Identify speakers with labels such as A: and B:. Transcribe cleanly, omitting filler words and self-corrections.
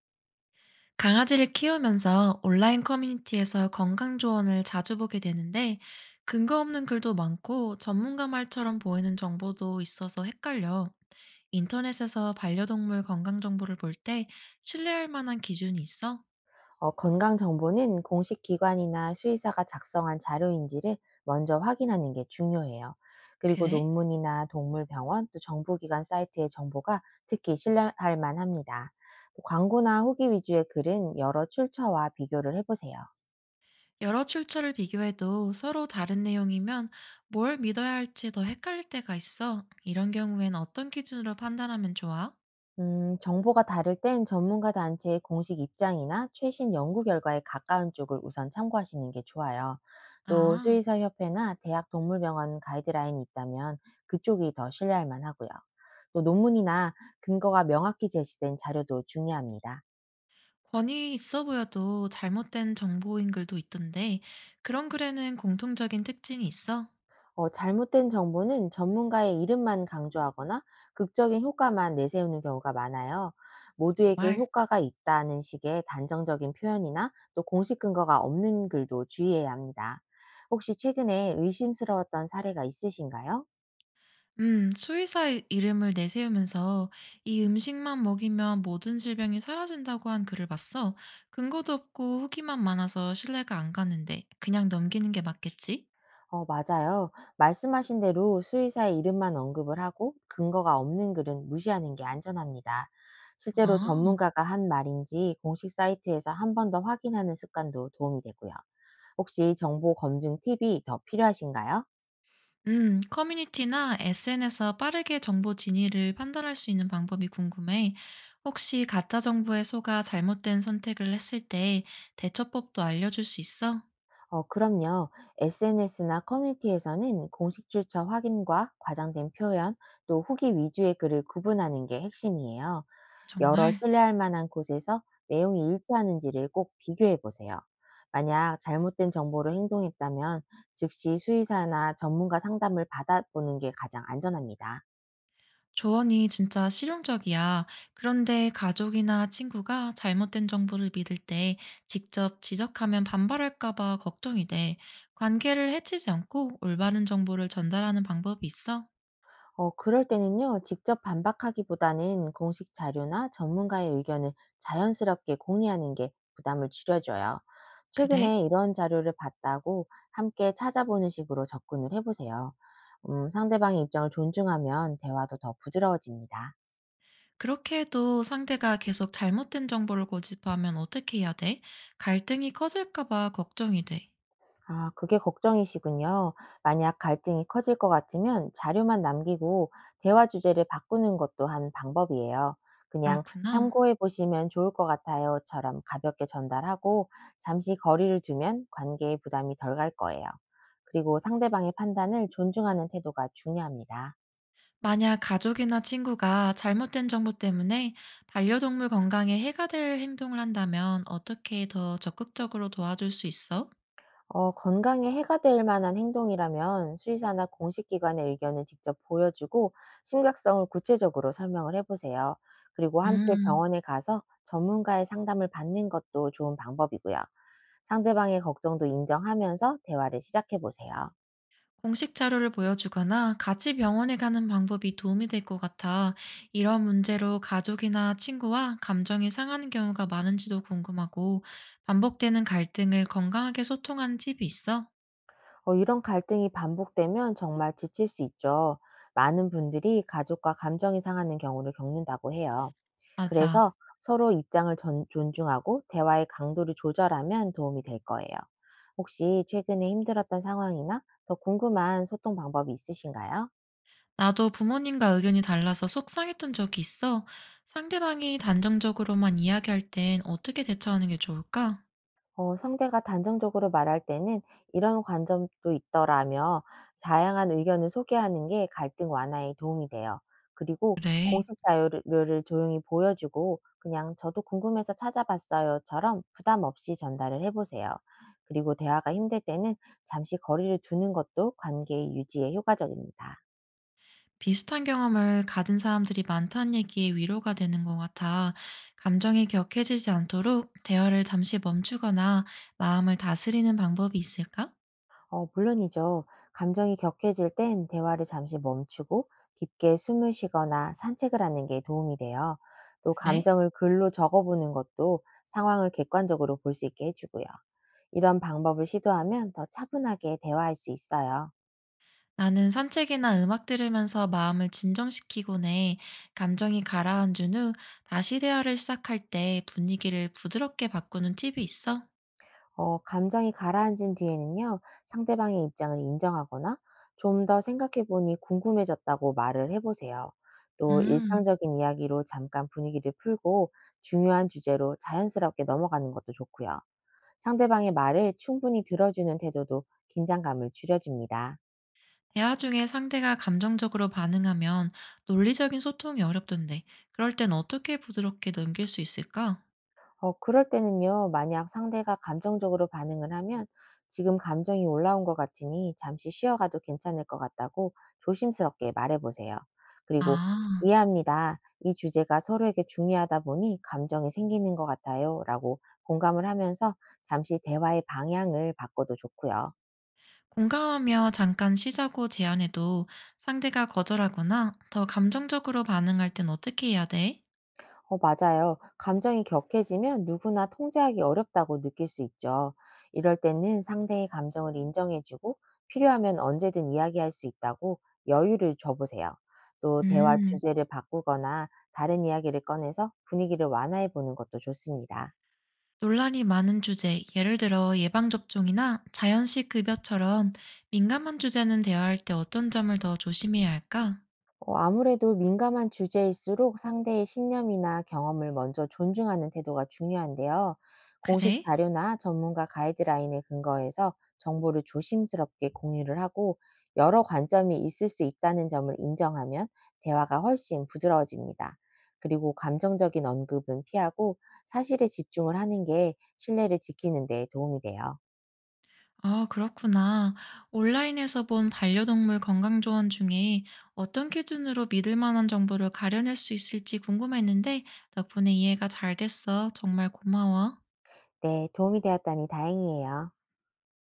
A: 강아지를 키우면서 온라인 커뮤니티에서 건강 조언을 자주 보게 되는데 근거 없는 글도 많고 전문가 말처럼 보이는 정보도 있어서 헷갈려. 인터넷에서 반려동물 건강 정보를 볼 때 신뢰할 만한 기준이 있어?
B: 건강정보는 공식 기관이나 수의사가 작성한 자료인지를 먼저 확인하는 게 중요해요. 그리고
A: 그래?
B: 논문이나 동물병원 또 정부기관 사이트의 정보가 특히 신뢰할 만합니다. 광고나 후기 위주의 글은 여러 출처와 비교를 해보세요.
A: 여러 출처를 비교해도 서로 다른 내용이면 뭘 믿어야 할지 더 헷갈릴 때가 있어. 이런 경우엔 어떤 기준으로 판단하면 좋아?
B: 정보가 다를 땐 전문가 단체의 공식 입장이나 최신 연구 결과에 가까운 쪽을 우선 참고하시는 게 좋아요. 또
A: 아.
B: 수의사협회나 대학 동물병원 가이드라인이 있다면 그쪽이 더 신뢰할 만하고요. 또 논문이나 근거가 명확히 제시된 자료도 중요합니다.
A: 권위 있어 보여도 잘못된 정보인 글도 있던데 그런 글에는 공통적인 특징이 있어?
B: 잘못된 정보는 전문가의 이름만 강조하거나 극적인 효과만 내세우는 경우가 많아요. 모두에게
A: 정말?
B: 효과가 있다는 식의 단정적인 표현이나 또 공식 근거가 없는 글도 주의해야 합니다. 혹시 최근에 의심스러웠던 사례가 있으신가요?
A: 수의사 이름을 내세우면서 이 음식만 먹이면 모든 질병이 사라진다고 한 글을 봤어. 근거도 없고 후기만 많아서 신뢰가 안 가는데 그냥 넘기는 게 맞겠지?
B: 어, 맞아요. 말씀하신 대로 수의사의 이름만 언급을 하고 근거가 없는 글은 무시하는 게 안전합니다. 실제로
A: 아.
B: 전문가가 한 말인지 공식 사이트에서 한 번 더 확인하는 습관도 도움이 되고요. 혹시 정보 검증 팁이 더 필요하신가요?
A: 커뮤니티나 SNS에서 빠르게 정보 진위를 판단할 수 있는 방법이 궁금해. 혹시 가짜 정보에 속아 잘못된 선택을 했을 때 대처법도 알려줄 수 있어?
B: 어, 그럼요. SNS나 커뮤니티에서는 공식 출처 확인과 과장된 표현, 또 후기 위주의 글을 구분하는 게 핵심이에요. 여러
A: 정말?
B: 신뢰할 만한 곳에서 내용이 일치하는지를 꼭 비교해 보세요. 만약 잘못된 정보로 행동했다면 즉시 수의사나 전문가 상담을 받아보는 게 가장 안전합니다.
A: 조언이 진짜 실용적이야. 그런데 가족이나 친구가 잘못된 정보를 믿을 때 직접 지적하면 반발할까봐 걱정이 돼. 관계를 해치지 않고 올바른 정보를 전달하는 방법이 있어?
B: 그럴 때는요, 직접 반박하기보다는 공식 자료나 전문가의 의견을 자연스럽게 공유하는 게 부담을 줄여줘요.
A: 그래?
B: 최근에 이런 자료를 봤다고 함께 찾아보는 식으로 접근을 해보세요. 상대방의 입장을 존중하면 대화도 더 부드러워집니다.
A: 그렇게 해도 상대가 계속 잘못된 정보를 고집하면 어떻게 해야 돼? 갈등이 커질까 봐 걱정이 돼.
B: 아, 그게 걱정이시군요. 만약 갈등이 커질 것 같으면 자료만 남기고 대화 주제를 바꾸는 것도 한 방법이에요. 그냥
A: 그렇구나.
B: 참고해 보시면 좋을 것 같아요처럼 가볍게 전달하고 잠시 거리를 두면 관계의 부담이 덜 갈 거예요. 그리고 상대방의 판단을 존중하는 태도가 중요합니다.
A: 만약 가족이나 친구가 잘못된 정보 때문에 반려동물 건강에 해가 될 행동을 한다면 어떻게 더 적극적으로 도와줄 수 있어?
B: 건강에 해가 될 만한 행동이라면 수의사나 공식 기관의 의견을 직접 보여주고 심각성을 구체적으로 설명을 해보세요. 그리고 함께
A: 음.
B: 병원에 가서 전문가의 상담을 받는 것도 좋은 방법이고요. 상대방의 걱정도 인정하면서 대화를 시작해보세요.
A: 공식 자료를 보여주거나 같이 병원에 가는 방법이 도움이 될 것 같아. 이런 문제로 가족이나 친구와 감정이 상하는 경우가 많은지도 궁금하고, 반복되는 갈등을 건강하게 소통하는 팁이 있어?
B: 이런 갈등이 반복되면 정말 지칠 수 있죠. 많은 분들이 가족과 감정이 상하는 경우를 겪는다고 해요.
A: 맞아.
B: 그래서 서로 입장을 전 존중하고 대화의 강도를 조절하면 도움이 될 거예요. 혹시 최근에 힘들었던 상황이나 더 궁금한 소통 방법이 있으신가요?
A: 나도 부모님과 의견이 달라서 속상했던 적이 있어. 상대방이 단정적으로만 이야기할 땐 어떻게 대처하는 게 좋을까?
B: 상대가 단정적으로 말할 때는 "이런 관점도 있더라."며 다양한 의견을 소개하는 게 갈등 완화에 도움이 돼요. 그리고
A: 그래.
B: 공식 자료를 를 조용히 보여주고 그냥 "저도 궁금해서 찾아봤어요."처럼 부담 없이 전달을 해 보세요. 그리고 대화가 힘들 때는 잠시 거리를 두는 것도 관계의 유지에 효과적입니다.
A: 비슷한 경험을 가진 사람들이 많다는 얘기에 위로가 되는 것 같아. 감정이 격해지지 않도록 대화를 잠시 멈추거나 마음을 다스리는 방법이 있을까?
B: 물론이죠. 감정이 격해질 땐 대화를 잠시 멈추고 깊게 숨을 쉬거나 산책을 하는 게 도움이 돼요. 또
A: 그래?
B: 감정을 글로 적어보는 것도 상황을 객관적으로 볼 수 있게 해주고요. 이런 방법을 시도하면 더 차분하게 대화할 수 있어요.
A: 나는 산책이나 음악 들으면서 마음을 진정시키곤 해. 감정이 가라앉은 후 다시 대화를 시작할 때 분위기를 부드럽게 바꾸는 팁이 있어?
B: 감정이 가라앉은 뒤에는요, 상대방의 입장을 인정하거나 좀 더 생각해보니 궁금해졌다고 말을 해보세요. 또
A: 음,
B: 일상적인 이야기로 잠깐 분위기를 풀고 중요한 주제로 자연스럽게 넘어가는 것도 좋고요. 상대방의 말을 충분히 들어주는 태도도 긴장감을 줄여줍니다.
A: 대화 중에 상대가 감정적으로 반응하면 논리적인 소통이 어렵던데 그럴 땐 어떻게 부드럽게 넘길 수 있을까?
B: 그럴 때는요. 만약 상대가 감정적으로 반응을 하면 "지금 감정이 올라온 것 같으니 잠시 쉬어가도 괜찮을 것 같다."고 조심스럽게 말해 보세요. 그리고
A: 아,
B: "이해합니다. 이 주제가 서로에게 중요하다 보니 감정이 생기는 것 같아요."라고 공감을 하면서 잠시 대화의 방향을 바꿔도 좋고요.
A: 공감하며 잠깐 쉬자고 제안해도 상대가 거절하거나 더 감정적으로 반응할 땐 어떻게 해야 돼?
B: 어, 맞아요. 감정이 격해지면 누구나 통제하기 어렵다고 느낄 수 있죠. 이럴 때는 상대의 감정을 인정해주고 필요하면 언제든 이야기할 수 있다고 여유를 줘보세요. 또 대화
A: 음,
B: 주제를 바꾸거나 다른 이야기를 꺼내서 분위기를 완화해 보는 것도 좋습니다.
A: 논란이 많은 주제, 예를 들어 예방접종이나 자연식 급여처럼 민감한 주제는 대화할 때 어떤 점을 더 조심해야 할까?
B: 아무래도 민감한 주제일수록 상대의 신념이나 경험을 먼저 존중하는 태도가 중요한데요. 공식
A: 그래?
B: 자료나 전문가 가이드라인에 근거해서 정보를 조심스럽게 공유를 하고 여러 관점이 있을 수 있다는 점을 인정하면 대화가 훨씬 부드러워집니다. 그리고 감정적인 언급은 피하고 사실에 집중을 하는 게 신뢰를 지키는 데 도움이 돼요.
A: 아, 그렇구나. 온라인에서 본 반려동물 건강 조언 중에 어떤 기준으로 믿을 만한 정보를 가려낼 수 있을지 궁금했는데 덕분에 이해가 잘 됐어. 정말 고마워.
B: 네, 도움이 되었다니 다행이에요.